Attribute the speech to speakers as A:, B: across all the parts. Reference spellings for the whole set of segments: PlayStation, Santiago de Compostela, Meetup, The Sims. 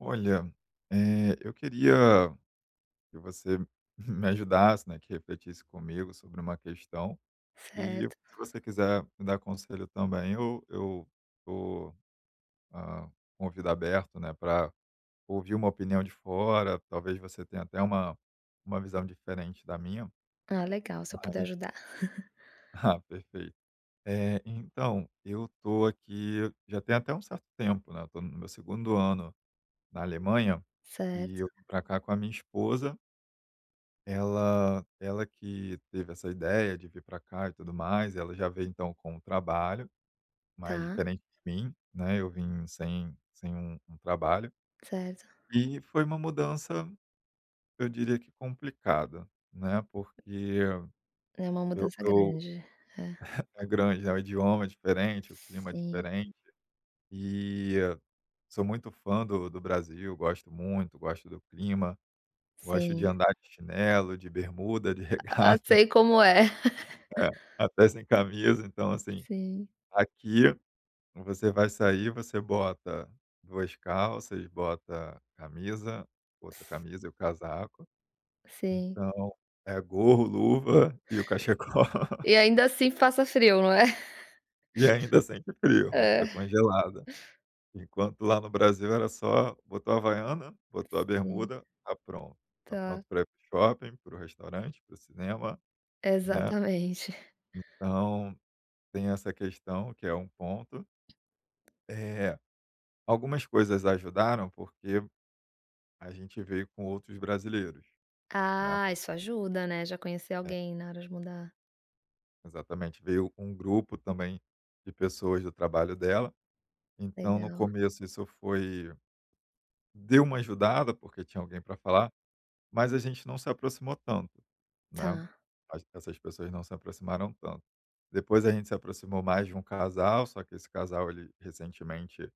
A: Olha, eu queria que você me ajudasse, né, que refletisse comigo sobre uma questão. E
B: Certo.
A: se você quiser me dar conselho também, eu tô, ah, com o ouvido aberto, né, para ouvir uma opinião de fora. Talvez você tenha até uma visão diferente da minha,
B: Ah, legal, se eu puder
A: mas
B: ajudar.
A: perfeito. Então, eu tô aqui já tem até um certo tempo, né, eu tô no meu segundo ano na Alemanha, e
B: Certo,
A: eu vim para cá com a minha esposa. Ela que teve essa ideia de vir para cá e tudo mais. Ela já veio então com um trabalho, mas
B: tá,
A: diferente de mim, né, eu vim sem um trabalho.
B: certo.
A: E foi uma mudança, eu diria que complicada, né, porque
B: É uma mudança
A: eu
B: grande. É.
A: é grande, né, o idioma é diferente, o clima é
B: Sim,
A: diferente, e sou muito fã do Brasil, gosto muito, gosto do clima, gosto de
B: sim.
A: andar de chinelo, de bermuda, de
B: Ah,
A: regata,
B: sei como é.
A: é, até sem camisa, então assim.
B: Sim,
A: Aqui você vai sair, você bota 2 calças, bota camisa,
B: s
A: outra camisa e o casaco.
B: sim.
A: Então, é gorro, luva e o cachecol
B: E ainda assim passa frio, não é?
A: e ainda sente frio, não fica
B: É.
A: congelada. Enquanto lá no Brasil era só botou a havaiana, botou a
B: Sim,
A: bermuda, tá pronto. Tá
B: tá.
A: pronto pra ir para shopping, para o restaurante, para o cinema, né.
B: Exatamente.
A: Então, tem essa questão que é um ponto. É, algumas coisas ajudaram, porque a gente veio com outros brasileiros, né.
B: Ah, isso ajuda, né, já conhecer
A: Hum, é,
B: alguém na hora de mudar.
A: exatamente, veio um grupo também de pessoas do trabalho dela. Então, no
B: Legal.
A: começo, isso foi deu uma ajudada, porque tinha alguém para falar, mas a gente não se aproximou tanto, né,
B: Tá.
A: as essas pessoas não se aproximaram tanto. Depois a gente se aproximou mais de um casal, só que esse casal, ele recentemente,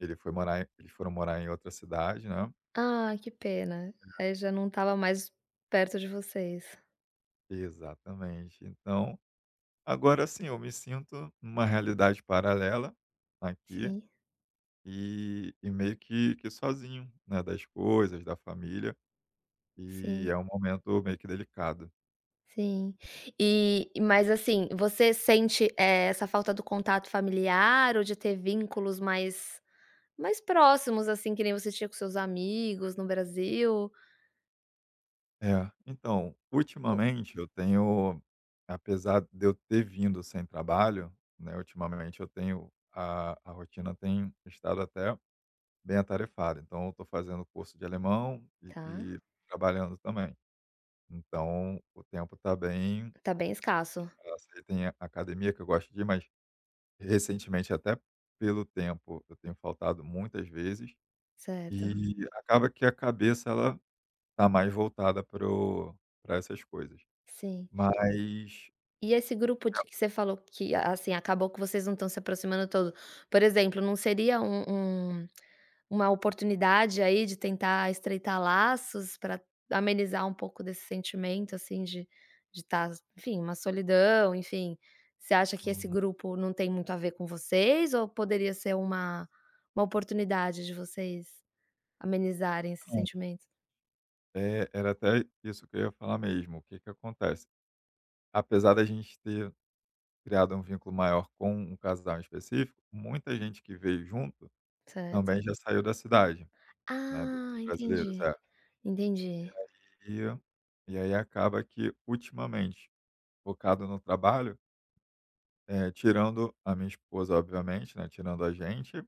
A: eles foram morar em outra cidade, né.
B: Ah, que pena. Aí já não estava mais perto de vocês.
A: Exatamente, então agora sim, eu me sinto numa realidade paralela aqui,
B: Sim,
A: e meio que sozinho, né, das coisas, da família, e
B: sim.
A: é um momento meio que delicado.
B: Sim. E mas assim, você sente, essa falta do contato familiar ou de ter vínculos mais mais próximos, assim, que nem você tinha com seus amigos no Brasil?
A: É, então,
B: O
A: ultimamente eu tenho apesar de eu ter vindo sem trabalho, né, ultimamente eu tenho a rotina tem estado até bem atarefada. Então eu tô fazendo curso de alemão e
B: tá,
A: e trabalhando também. Então o tempo está bem...
B: tá bem escasso,
A: Nossa, aí tem a academia que eu gosto de ir, mas recentemente, até pelo tempo, eu tenho faltado muitas vezes.
B: certo.
A: E, uhum, acaba que a cabeça, ela tá mais voltada para o para essas coisas.
B: Sim.
A: Mas
B: E esse grupo de que você falou que, assim, acabou que vocês não estão se aproximando todo, por exemplo, não seria um uma oportunidade aí de tentar estreitar laços para amenizar um pouco desse sentimento, assim, de estar, enfim, uma solidão, enfim. Você acha que esse
A: uhum.
B: grupo não tem muito a ver com vocês ou poderia ser uma oportunidade de vocês amenizarem esse
A: Então,
B: sentimento?
A: é, era até isso que eu ia falar mesmo, o que que acontece? Apesar da gente ter criado um vínculo maior com um casal em específico, muita gente que veio junto
B: Certo.
A: também já saiu da cidade, né,
B: Ah,
A: desses brasileiros, é.
B: entendi.
A: E, e aí acaba que, ultimamente, focado no trabalho, tirando a minha esposa, obviamente, né, tirando a gente,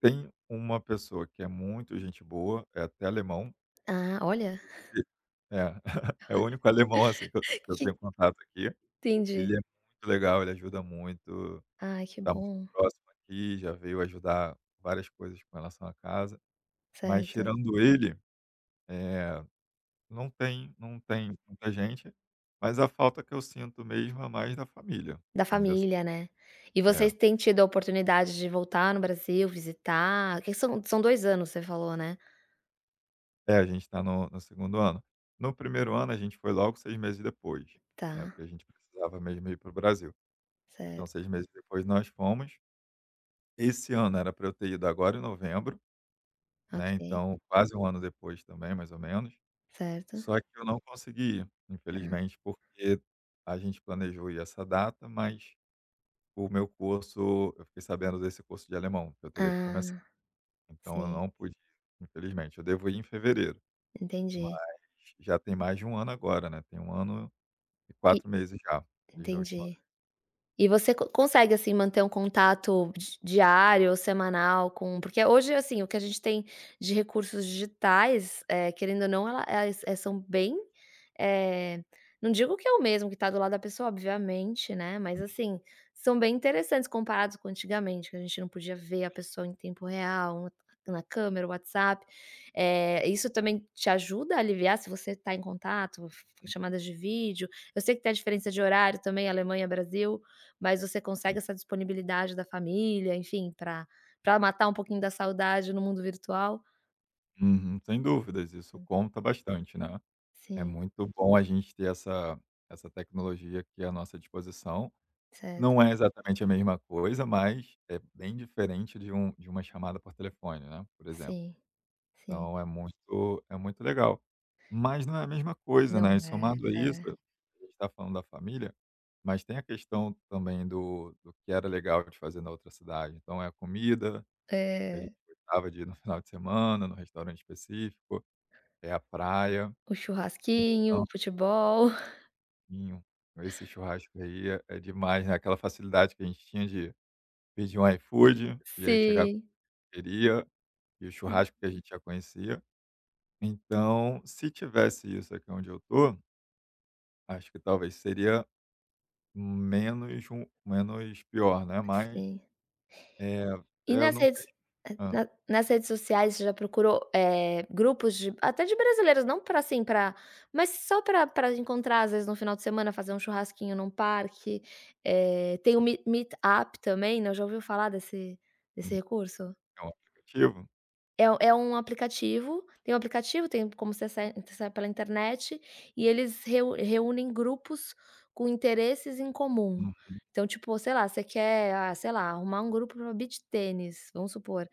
A: tem uma pessoa que é muito gente boa, é até alemão,
B: Ah, olha,
A: inclusive. é, É o único alemão, assim, que eu
B: que
A: tenho contato aqui. Ele
B: entendi.
A: é muito legal, ele ajuda muito,
B: Ai, que
A: tá muito
B: bom.
A: próximo aqui, já veio ajudar várias coisas com relação à casa. Mas
B: Certo.
A: tirando ele, eh, não tem muita gente, mas a falta que eu sinto mesmo é mais da família,
B: Da
A: ainda s...
B: família, né. E vocês
A: é.
B: têm tido a oportunidade de voltar no Brasil, visitar? Que são 2 anos, você falou, né?
A: É, a gente está no segundo ano. No primeiro ano, a gente foi logo 6 meses depois, né,
B: Tá,
A: porque a gente precisava mesmo ir para o Brasil. Então
B: certo.
A: 6 meses depois nós fomos. Esse ano era para eu ter ido agora em novembro, né,
B: Ok,
A: então quase um ano depois também, mais ou menos.
B: certo.
A: Só que eu não consegui ir,
B: Hã.
A: infelizmente, porque a gente planejou ir essa data, mas o meu curso, eu fiquei sabendo desse curso de alemão que eu teria que começar,
B: Ah,
A: então eu
B: sim,
A: não pude ir, infelizmente. Eu devo ir em fevereiro, mas
B: entendi.
A: já tem mais de um ano agora, né, tem um ano e
B: E
A: 4 meses já, desde a última
B: entendi.
A: vez,
B: E você co consegue, assim, manter um contato di diário ou semanal com porque hoje, assim, o que a gente tem de recursos digitais, querendo ou não, elas, são bem, eh, não digo que é o mesmo que está do lado da pessoa, obviamente, né, mas, assim, são bem interessantes comparados com antigamente, que a gente não podia ver a pessoa em tempo real, na câmera, WhatsApp. Isso também te ajuda a aliviar se você está em contato, chamadas de vídeo? Eu sei que tem a diferença de horário também, Alemanha, Brasil, mas você
A: sim.
B: consegue essa disponibilidade da família, enfim, para matar um pouquinho da saudade no mundo virtual?
A: Uhum, sem dúvidas, isso conta bastante, né. É
B: Sim,
A: muito bom a gente ter essa tecnologia aqui à nossa disposição.
B: certo.
A: Não é exatamente a mesma coisa, mas é bem diferente de uma chamada por telefone, né, por exemplo.
B: Sim, sim.
A: Então é muito legal. Mas não é a mesma coisa, né,
B: Não
A: e
B: é,
A: somado a isso,
B: é.
A: a gente tá falando da família, mas tem a questão também do que era legal de fazer na outra cidade. Então é a comida, que a
B: É,
A: gente gostava de ir no final de semana, no restaurante específico, é a praia.
B: o churrasquinho, o
A: Então,
B: futebol.
A: assim, esse churrasco aí é demais, né, aquela facilidade que a gente tinha de pedir um iFood, e aí chegar com
B: Sim,
A: a pizzaria, e o churrasco que a gente já conhecia. Então, se tivesse isso aqui onde eu tô, acho que talvez seria menos ru... menos pior, né, mas,
B: sim.
A: eh,
B: E
A: eu
B: nas
A: não
B: redes
A: tenho...
B: eh,
A: hã,
B: na nas redes sociais você já procurou, grupos de até de brasileiros, não para assim, para mas só para pra encontrar, às vezes, no final de semana, fazer um churrasquinho num parque, tem o meetup também, né, já ouviu falar desse
A: sim,
B: recurso?
A: é um aplicativo?
B: É um aplicativo, tem como você acessar você pela internet, e eles reu reúnem grupos com interesses em comum.
A: Uhum.
B: Então, tipo, sei lá, você quer, ah, sei lá, arrumar um grupo pra beach tênis, vamos supor.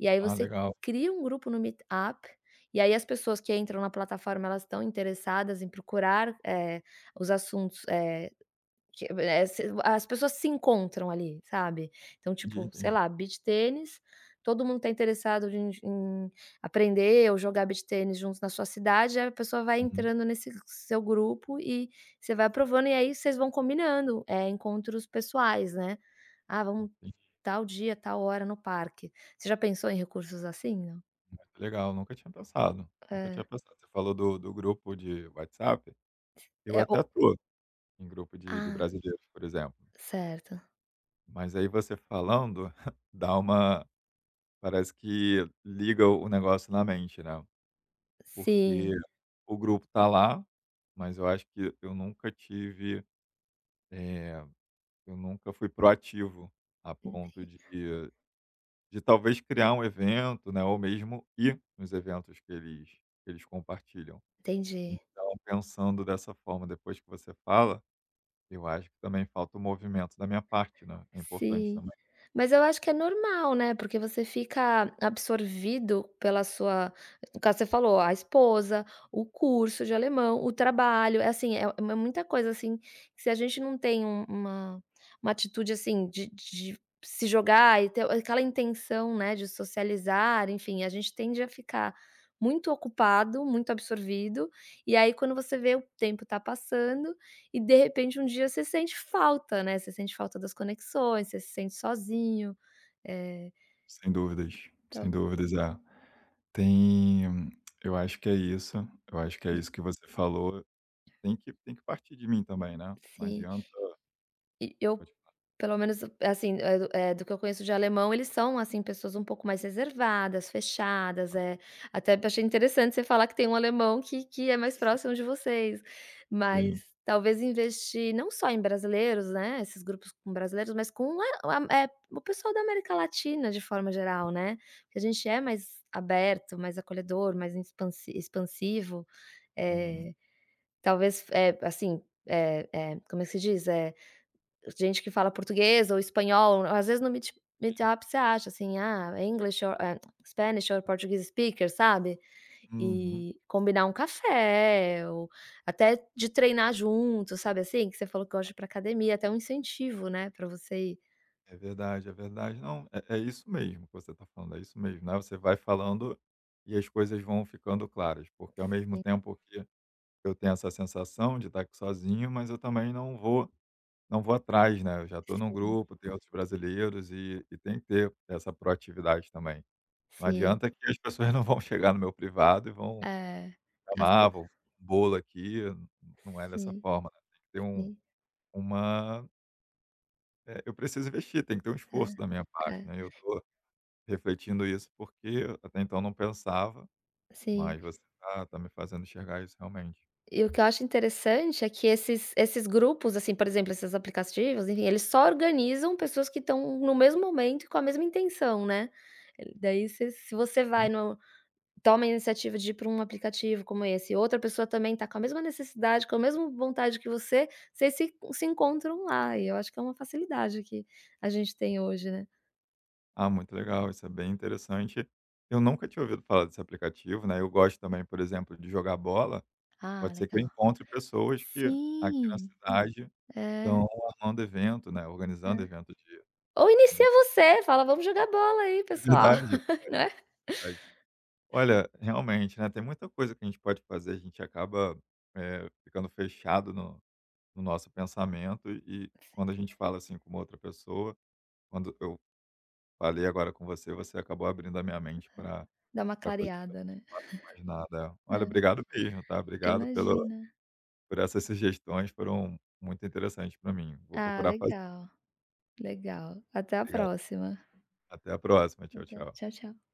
B: E aí
A: Ah,
B: você
A: legal.
B: cria um grupo no Meetup, e aí as pessoas que entram na plataforma, elas estão interessadas em procurar, os assuntos, que se as pessoas se encontram ali, sabe. Então,
A: Entendi,
B: tipo, sei
A: entendi.
B: lá, beach tênis, todo mundo está interessado em aprender ou jogar beach tênis juntos na sua cidade, aí a pessoa vai
A: Uhum.
B: entrando nesse seu grupo e você vai aprovando, e aí vocês vão combinando, é encontros pessoais, né. "Ah, vamos tal dia, tal hora no parque". Você já pensou em recursos assim, não?
A: Legal, nunca tinha pensado, nunca tinha
B: É.
A: pensado. Você falou do grupo de WhatsApp, eu
B: É o
A: até tô em grupo de
B: ah,
A: brasileiros, por exemplo.
B: certo.
A: Mas aí você falando, dá uma... parece que liga o negócio na mente, né. Porque
B: Sim,
A: o grupo tá lá, mas eu acho que eu nunca tive, eh, eu nunca fui proativo a ponto de talvez criar um evento, né, ou mesmo ir nos eventos que eles compartilham.
B: entendi.
A: Então, pensando dessa forma, depois que você fala, eu acho que também falta o movimento da minha parte, né, é importante
B: Sim.
A: também.
B: Mas eu acho que é normal, né, porque você fica absorvido pela sua no caso você falou, a esposa, o curso de alemão, o trabalho, é assim, é muita coisa, assim, que se a gente não tem uma atitude, assim, de se jogar e ter aquela intenção, né, de socializar, enfim, a gente tende a ficar muito ocupado, muito absorvido, e aí quando você vê o tempo tá passando e de repente um dia você sente falta, né, você sente falta das conexões, você se sente sozinho, eh,
A: Sem dúvidas, sem
B: então
A: dúvidas, é. Tem eu acho que é isso, eu acho que é
B: e
A: isso que você falou. Tem que partir de mim também, né, não
B: sim.
A: adianta.
B: E eu,
A: Pode falar.
B: pelo menos, assim, do que eu conheço de alemão, eles são, assim, pessoas um pouco mais reservadas, fechadas, até achei interessante você falar que tem um alemão que é mais próximo de vocês,
A: Assim,
B: mas talvez investir não só em brasileiros, né, esses grupos com brasileiros, mas com a eh, o pessoal da América Latina de forma geral, né, que a gente é mais aberto, mais acolhedor, mais expansivo,
A: uhum,
B: eh, assim, como é que se diz? Gente que fala português ou espanhol, às vezes no Meetup você acha assim, ah, é English or Spanish or Portuguese speaker, sabe.
A: uhum,
B: E combinar um café ou até de treinar junto, sabe assim, que você falou que gosta de ir pra academia, até um incentivo, né, pra você ir.
A: é verdade, é verdade. Não, é isso mesmo que você está falando, é isso mesmo, né, você vai falando e as coisas vão ficando claras, porque, ao mesmo
B: Sim,
A: tempo que eu tenho essa sensação de estar aqui sozinho, mas eu também não vou atrás, né, eu já estou num
B: sim,
A: grupo, tem outros brasileiros e tem que ter essa proatividade também. Não
B: sim.
A: adianta que as pessoas não vão chegar no meu privado e vão
B: É. Às ve
A: chamar, vão um bolo aqui, não é dessa
B: sim,
A: forma, né, tem que ter um...
B: sim.
A: uma... eu preciso investir, tem que ter um
B: É,
A: esforço da minha parte,
B: é.
A: né, eu estou refletindo isso porque até então não pensava,
B: Sim.
A: mas você tá me fazendo enxergar isso realmente.
B: E o que eu acho interessante é que esses grupos, assim, por exemplo, esses aplicativos, enfim, eles só organizam pessoas que estão no mesmo momento e com a mesma intenção, né. Ele- Daí se se você vai no toma a iniciativa de ir para um aplicativo como esse, e outra pessoa também está com a mesma necessidade, com a mesma vontade que você, vocês se encontram lá, e eu acho que é uma facilidade que a gente tem hoje, né.
A: Ah, muito legal, isso é bem interessante. Eu nunca tinha ouvido falar desse aplicativo, né, eu gosto também, por exemplo, de jogar bola,
B: Ah,
A: pode ser que eu
B: legal.
A: encontre pessoas que aqui na
B: Sim.
A: cidade
B: É,
A: estão armando evento, né, organizando
B: é.
A: evento
B: Ou
A: de
B: inicia você, fala: "Vamos jogar bola aí
A: é
B: pessoal",
A: verdade, é
B: né.
A: verdade. Olha, realmente, né, tem muita coisa que a gente pode fazer, a gente acaba, ficando fechado no nosso pensamento, e quando a gente fala, assim, com uma outra pessoa, quando eu falei agora com você, você acabou abrindo a minha mente para
B: Dá uma
A: coisas,
B: clareada, né.
A: mais nada. Olha,
B: É,
A: obrigado mesmo, tá? Obrigado pela
B: imagina.
A: por essas sugestões, foram muito interessantes para mim. Vou
B: Ah,
A: procurar fazer.
B: legal. Até a
A: Obrigado.
B: próxima.
A: Até a próxima. Tchau,
B: Até.
A: tchau.
B: Tchau, tchau.